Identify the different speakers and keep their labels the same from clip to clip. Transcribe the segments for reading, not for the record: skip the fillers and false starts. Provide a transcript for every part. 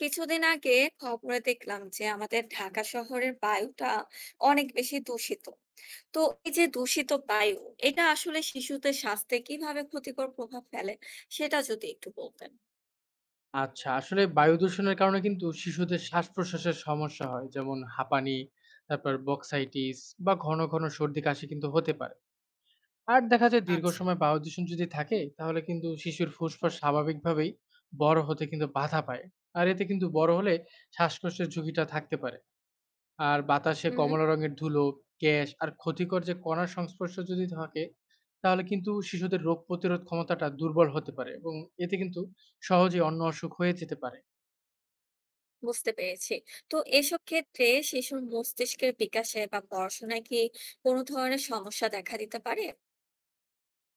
Speaker 1: কিছুদিন আগে খবরে দেখলাম যে আমাদের ঢাকা শহরের বায়ুটা অনেক বেশি দূষিত। তো এই যে দূষিত বায়ু, এটা আসলে শিশুদের স্বাস্থ্যে কিভাবে ক্ষতিকর প্রভাব ফেলে সেটা যদি একটু বলতেন।
Speaker 2: আচ্ছা, আসলে বায়ু দূষণের কারণে কিন্তু শিশুদের শ্বাস-প্রশ্বাসের সমস্যা হয়। যেমন হাঁপানি, তারপর বক্সাইটিস বা ঘন, ঘন সর্দি-কাশি কিন্তু হতে পারে। আর দেখা যায় দীর্ঘ
Speaker 1: আচ্ছা।
Speaker 2: সময় বায়ু দূষণ যদি থাকে, তাহলে কিন্তু শিশুর ফুসফুস স্বাভাবিকভাবেই বড় হতে কিন্তু বাধা পায়। আর এতে কিন্তু বড় হলে শ্বাসকষ্টের ঝুঁকিটা থাকতে পারে। আর বাতাসে
Speaker 1: হুম।
Speaker 2: কমলা রঙের ধুলো, গ্যাস আর ক্ষতিকর যে কণার সংস্পর্শ যদি থাকে, তাহলে কিন্তু শিশুদের রোগ প্রতিরোধ ক্ষমতাটা দুর্বল হতে পারে এবং এতে কিন্তু সহজেই অন্য অসুখ হয়ে যেতে পারে।
Speaker 1: বুঝতে পেরেছি। তো এসব ক্ষেত্রে শিশুর মস্তিষ্কের বিকাশে বা পড়াশোনায় কি কোনো ধরনের সমস্যা দেখা দিতে পারে?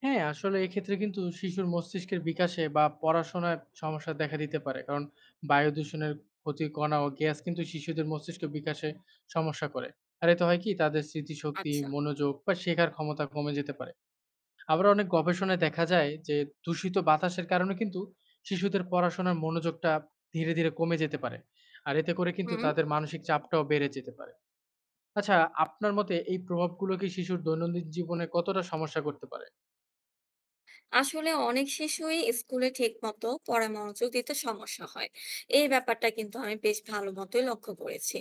Speaker 2: হ্যাঁ, আসলে এক্ষেত্রে কিন্তু শিশুর মস্তিষ্কের বিকাশে বা পড়াশোনায় সমস্যা দেখা দিতে পারে। কারণ বায়ু দূষণের ক্ষতি কণা ও গ্যাস কিন্তু শিশুদের মস্তিষ্ক বিকাশে সমস্যা করে। আর এতে হয় কি তাদের স্মৃতিশক্তি,
Speaker 1: আচ্ছা।
Speaker 2: মনোযোগ বা শেখার ক্ষমতা কমে যেতে পারে। আবার অনেক গবেষণায় দেখা যায় যে দূষিত বাতাসের কারণে কিন্তু শিশুদের পড়াশোনার মনোযোগটা ধীরে, ধীরে কমে যেতে পারে। আর এতে করে কিন্তু
Speaker 1: হুম।
Speaker 2: তাদের মানসিক চাপটাও বেড়ে যেতে পারে। আচ্ছা, আপনার মতে এই প্রভাবগুলো কি শিশুর দৈনন্দিন জীবনে কতটা সমস্যা করতে পারে?
Speaker 1: আসলে অনেক শিশুই স্কুলে ঠিকমতো পড়ায় মনোযোগ দিতে সমস্যা হয়। এই ব্যাপারটা কিন্তু আমি বেশ ভালো মতোই লক্ষ্য করেছি।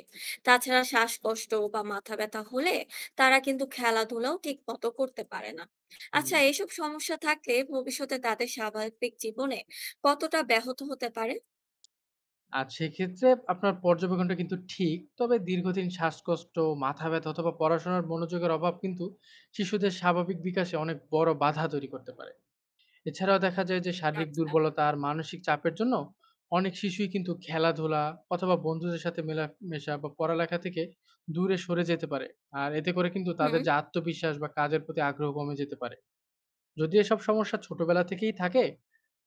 Speaker 1: তাছাড়া শ্বাসকষ্ট বা মাথা ব্যথা হলে তারা কিন্তু খেলাধুলাও ঠিক মতো করতে পারে না।
Speaker 2: হুম।
Speaker 1: আচ্ছা, এইসব সমস্যা থাকলে ভবিষ্যতে তাদের স্বাভাবিক জীবনে কতটা ব্যাহত হতে পারে?
Speaker 2: আর সেক্ষেত্রে আপনার পর্যবেক্ষণটা কিন্তু ঠিক। তবে দীর্ঘদিন শ্বাসকষ্ট, মাথা ব্যথা অথবা পড়াশোনার মনোযোগের অভাব কিন্তু শিশুদের স্বাভাবিক বিকাশে অনেক বড় বাধা তৈরি করতে পারে। এছাড়াও দেখা যায় যে শারীরিক
Speaker 1: আচ্ছা।
Speaker 2: দুর্বলতা আর মানসিক চাপের জন্য অনেক শিশুই কিন্তু খেলাধুলা অথবা বন্ধুদের সাথে মেলামেশা বা পড়ালেখা থেকে দূরে সরে যেতে পারে। আর এতে করে কিন্তু
Speaker 1: হুম।
Speaker 2: তাদের যে আত্মবিশ্বাস বা কাজের প্রতি আগ্রহ কমে যেতে পারে। যদি এসব সমস্যা ছোটবেলা থেকেই থাকে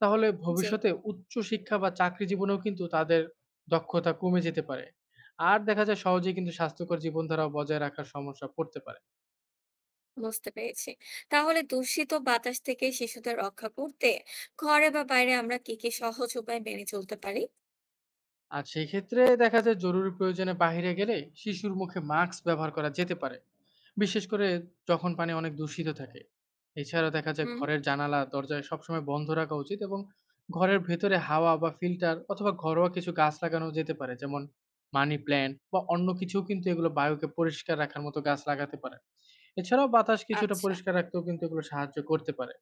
Speaker 2: তাহলে
Speaker 1: জি।
Speaker 2: ভবিষ্যতে উচ্চ শিক্ষা বা চাকরি জীবনেও কিন্তু তাদের দক্ষতা কমে যেতে পারে। আর দেখা যায় সহজেই কিন্তু স্বাস্থ্যকর জীবনধারা বজায় রাখার সমস্যা পড়তে পারে।
Speaker 1: বুঝতে পেরেছি। তাহলে দূষিত বাতাস থেকে শিশুদের রক্ষা করতে ঘরে বা বাইরে আমরা কি কি সহজ উপায় মেনে চলতে পারি?
Speaker 2: আর সেক্ষেত্রে দেখা যায় জরুরি প্রয়োজনে বাহিরে গেলে শিশুর মুখে মাস্ক ব্যবহার করা যেতে পারে। বিশেষ করে যখন পানি অনেক দূষিত থাকে। এছাড়া দেখা যায়
Speaker 1: হুম।
Speaker 2: ঘরের জানালা দরজায় সবসময় বন্ধ রাখা উচিত এবং ঘরের ভেতরে হাওয়া বা ফিল্টার অথবা ঘরোয়া কিছু গাছ লাগানো যেতে পারে, যেমন মানি প্ল্যান্ট বা অন্য কিছু কিন্তু এগুলো বায়ুকে পরিষ্কার রাখার মতো গাছ লাগাতে পারে। এছাড়াও বাতাস কিছুটা
Speaker 1: আচ্ছা।
Speaker 2: পরিষ্কার রাখতেও কিন্তু এগুলো সাহায্য করতে পারে।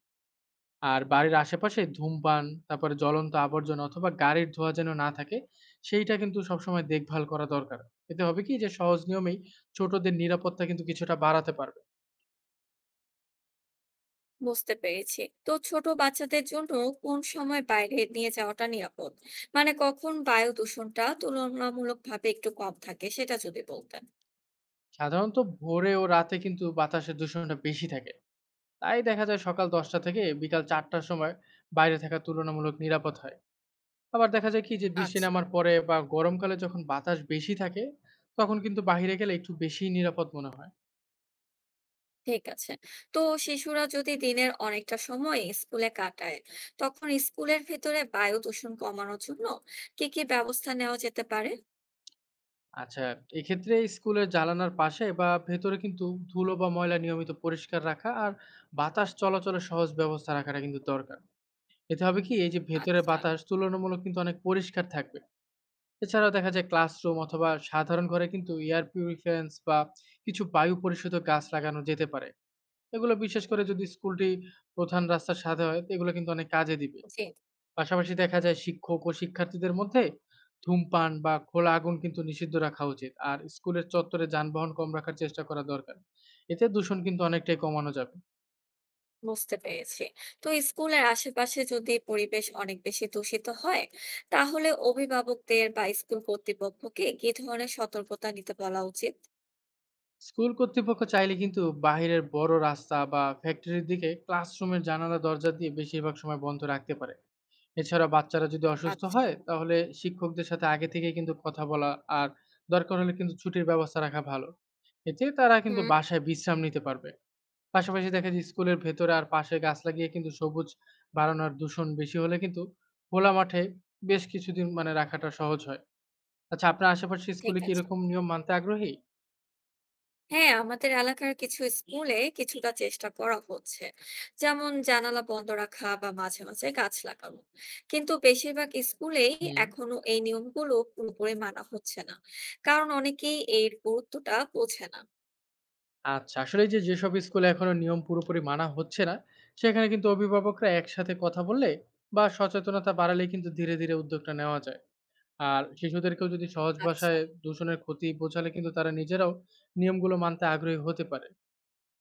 Speaker 2: আর বাড়ির আশেপাশে ধূমপান, তারপরে জ্বলন্ত আবর্জনা অথবা গাড়ির ধোঁয়া যেন না থাকে, সেইটা কিন্তু সবসময় দেখভাল করা দরকার। এতে হবে কি যে সহজ নিয়মেই ছোটদের নিরাপত্তা কিন্তু কিছুটা বাড়াতে পারবে।
Speaker 1: বুঝতে পেরেছি। তো ছোট বাচ্চাদের জন্য কোন সময় বাইরে নিয়ে যাওয়াটা নিরাপদ, মানে কখন বায়ু দূষণটা তুলনামূলকভাবে একটু কম থাকে সেটা যদি বলতেন।
Speaker 2: সাধারণত ভোরে ও রাতে কিন্তু বাতাসের দূষণটা বেশি থাকে। তাই দেখা যায় সকাল ১০টা থেকে বিকাল ৪টার সময় বাইরে থাকা তুলনামূলক নিরাপদ হয়। আবার দেখা যায় কি যে বৃষ্টি
Speaker 1: আচ্ছা।
Speaker 2: নামার পরে বা গরমকালে যখন বাতাস বেশি থাকে, তখন কিন্তু বাহিরে গেলে একটু বেশিই নিরাপদ মনে হয়।
Speaker 1: ঠিক আছে। তো শিশুরা যদি দিনের অনেকটা সময় স্কুলে কাটায়, তখন স্কুলের ভেতরে বায়ু দূষণ কমানোর জন্য কি কি ব্যবস্থা নেওয়া যেতে পারে?
Speaker 2: আচ্ছা, এক্ষেত্রে স্কুলের জানালার পাশে বা ভেতরে কিন্তু ধুলো বা ময়লা নিয়মিত পরিষ্কার রাখা আর বাতাস চলাচলের সহজ ব্যবস্থা রাখাটা কিন্তু দরকার। এতে হবে কি এই যে ভেতরে
Speaker 1: আচ্ছা।
Speaker 2: বাতাস তুলনামূলক কিন্তু অনেক পরিষ্কার থাকবে। এছাড়াও দেখা যায় ক্লাসরুম অথবা সাধারণ ঘরে কিন্তু এয়ার পিউরিফায়ার্স বা কিছু বায়ু পরিশোধক গাছ লাগানো যেতে পারে। এগুলো বিশেষ করে যদি স্কুলটি প্রধান রাস্তার সাথে হয়, তো এগুলো কিন্তু অনেক কাজে দিবে।
Speaker 1: জি।
Speaker 2: পাশাপাশি দেখা যায় শিক্ষক ও শিক্ষার্থীদের মধ্যে ধূমপান বা খোলা আগুন কিন্তু নিষিদ্ধ রাখা উচিত, আর স্কুলের চত্বরে যানবাহন কম রাখার চেষ্টা করা দরকার। এতে দূষণ কিন্তু অনেকটাই কমানো যাবে।
Speaker 1: বুঝতে পেরেছি। তো স্কুলের আশেপাশে যদি পরিবেশ অনেক বেশি দূষিত হয়, তাহলে অভিভাবকদের বা স্কুল কর্তৃপক্ষকে কি ধরনের সতর্কতা নিতে বলা উচিত?
Speaker 2: স্কুল কর্তৃপক্ষ চাইলে কিন্তু বাইরের বড় রাস্তা বা ফ্যাক্টরির দিকে ক্লাসরুমের জানালা দরজা দিয়ে বেশিরভাগ সময় বন্ধ রাখতে পারে। এছাড়া বাচ্চারা যদি অসুস্থ
Speaker 1: আচ্ছা।
Speaker 2: হয়, তাহলে শিক্ষকদের সাথে আগে থেকে কিন্তু কথা বলা আর দরকার হলে কিন্তু ছুটির ব্যবস্থা রাখা ভালো। এতে তারা কিন্তু
Speaker 1: হুম।
Speaker 2: বাসায় বিশ্রাম নিতে পারবে। পাশাপাশি দেখা যায় স্কুলের ভেতরে আর পাশে গাছ লাগিয়ে কিন্তু সবুজ বাড়ানোর দূষণ বেশি হলে কিন্তু খোলা মাঠে বেশ কিছুদিন মানে রাখাটা সহজ হয়। আচ্ছা, আপনার আশেপাশে
Speaker 1: ঠিক
Speaker 2: স্কুলে কি
Speaker 1: আছে।
Speaker 2: এরকম নিয়ম মানতে আগ্রহী?
Speaker 1: হ্যাঁ, আমাদের এলাকার কিছু স্কুলে কিছুটা চেষ্টা করা হচ্ছে, যেমন জানালা বন্ধ রাখা বা মাঝে মাঝে গাছ লাগানো। কিন্তু বেশিরভাগ স্কুলেই
Speaker 2: হুম।
Speaker 1: এখনো এই নিয়মগুলো পুরোপুরি মানা হচ্ছে না, কারণ অনেকেই এর গুরুত্বটা বোঝে না।
Speaker 2: আচ্ছা, আসলে এই যে যেসব স্কুলে এখনো নিয়ম পুরোপুরি মানা হচ্ছে না, সেখানে কিন্তু অভিভাবকরা একসাথে কথা বললে বা সচেতনতা বাড়ালে কিন্তু ধীরে, ধীরে উদ্যোগটা নেওয়া যায়। আর শিশুদেরকেও যদি সহজ
Speaker 1: আচ্ছা।
Speaker 2: ভাষায় দূষণের ক্ষতি বোঝালে কিন্তু তারা নিজেরাও নিয়মগুলো মানতে আগ্রহী হতে পারে।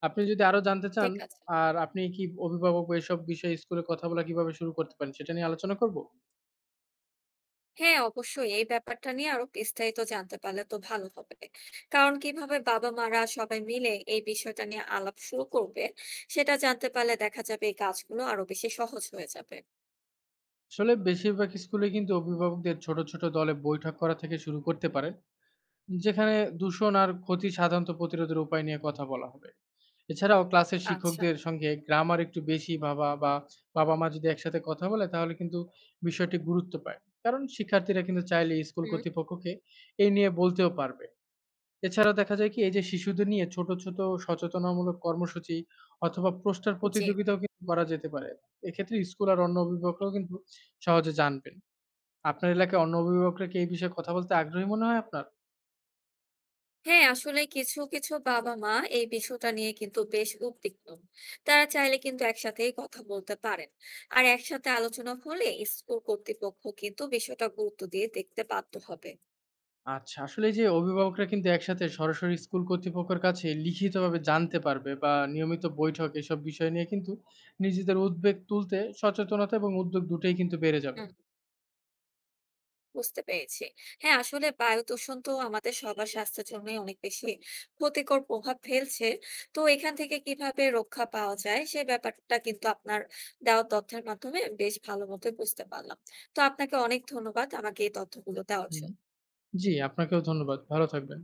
Speaker 2: আপনি যদি আরো জানতে চান,
Speaker 1: ঠিক আছে।
Speaker 2: আর আপনি কি অভিভাবক বা এসব বিষয়ে স্কুলে কথা বলা কিভাবে শুরু করতে পারেন, সেটা নিয়ে আলোচনা করব?
Speaker 1: হ্যাঁ, অবশ্যই এই ব্যাপারটা নিয়ে আরো বিস্তারিত জানতে পারলে তো ভালো হবে। কারণ কিভাবে বাবা মারা সবাই মিলে এই বিষয়টা নিয়ে আলাপ শুরু করবে সেটা জানতে পারলে দেখা যাবে এই কাজগুলো আরো বেশি সহজ হয়ে যাবে।
Speaker 2: আসলে বেশিরভাগ স্কুলে কিন্তু অভিভাবকদের ছোট, ছোট দলে বৈঠক করা থেকে শুরু করতে পারেন, যেখানে দূষণ আর ক্ষতি সাধারণত প্রতিরোধের উপায় নিয়ে কথা বলা হবে। এছাড়াও ক্লাসের
Speaker 1: আচ্ছা।
Speaker 2: শিক্ষকদের সঙ্গে গ্রামার একটু বেশি ভাবা বা বাবা-মা যদি একসাথে কথা বলে, তাহলে কিন্তু বিষয়টি গুরুত্ব পায়। কারণ শিক্ষার্থীরা কিন্তু চাইলে স্কুল
Speaker 1: হুম।
Speaker 2: কর্তৃপক্ষকে এই নিয়ে বলতেও পারবে। এছাড়াও দেখা যায় কি এই যে শিশুদের নিয়ে ছোট, ছোট সচেতনামূলক কর্মসূচি অথবা পোস্টার
Speaker 1: জি।
Speaker 2: প্রতিযোগিতাও কিন্তু করা যেতে পারে। এক্ষেত্রে স্কুল আর অন্য অভিভাবকরাও কিন্তু সহজে জানবেন। আপনার এলাকায় অন্য অভিভাবকরা কি এই বিষয়ে কথা বলতে আগ্রহী মনে হয় আপনার?
Speaker 1: হ্যাঁ, আসলে কিছু কিছু বাবা মা এই বিষয়টা নিয়ে কিন্তু বেশ উদ্বিগ্ন। তারা চাইলে কিন্তু একসাথেই কথা বলতে পারেন। আর একসাথে আলোচনা হলে স্কুল কর্তৃপক্ষ কিন্তু বিষয়টা গুরুত্ব দিয়ে দেখতে বাধ্য হবে।
Speaker 2: আচ্ছা, আসলে এই যে অভিভাবকরা কিন্তু একসাথে সরাসরি স্কুল কর্তৃপক্ষের কাছে লিখিতভাবে জানতে পারবে বা নিয়মিত বৈঠক এসব বিষয় নিয়ে কিন্তু নিজেদের উদ্বেগ তুলতে সচেতনতা এবং উদ্যোগ দুটোই কিন্তু বেড়ে যাবে।
Speaker 1: বুঝতে পেরেছি। হ্যাঁ, আসলে বায়ু দূষণ তো আমাদের সবার স্বাস্থ্যের জন্যই অনেক বেশি ক্ষতিকর প্রভাব ফেলছে। তো এখান থেকে কিভাবে রক্ষা পাওয়া যায় সে ব্যাপারটা কিন্তু আপনার দেওয়া তথ্যের মাধ্যমে বেশ ভালো মতোই বুঝতে পারলাম। তো আপনাকে অনেক ধন্যবাদ আমাকে এই তথ্যগুলো দেওয়ার
Speaker 2: হুম,
Speaker 1: জন্য।
Speaker 2: জি আপনাকেও ধন্যবাদ। ভালো থাকবেন।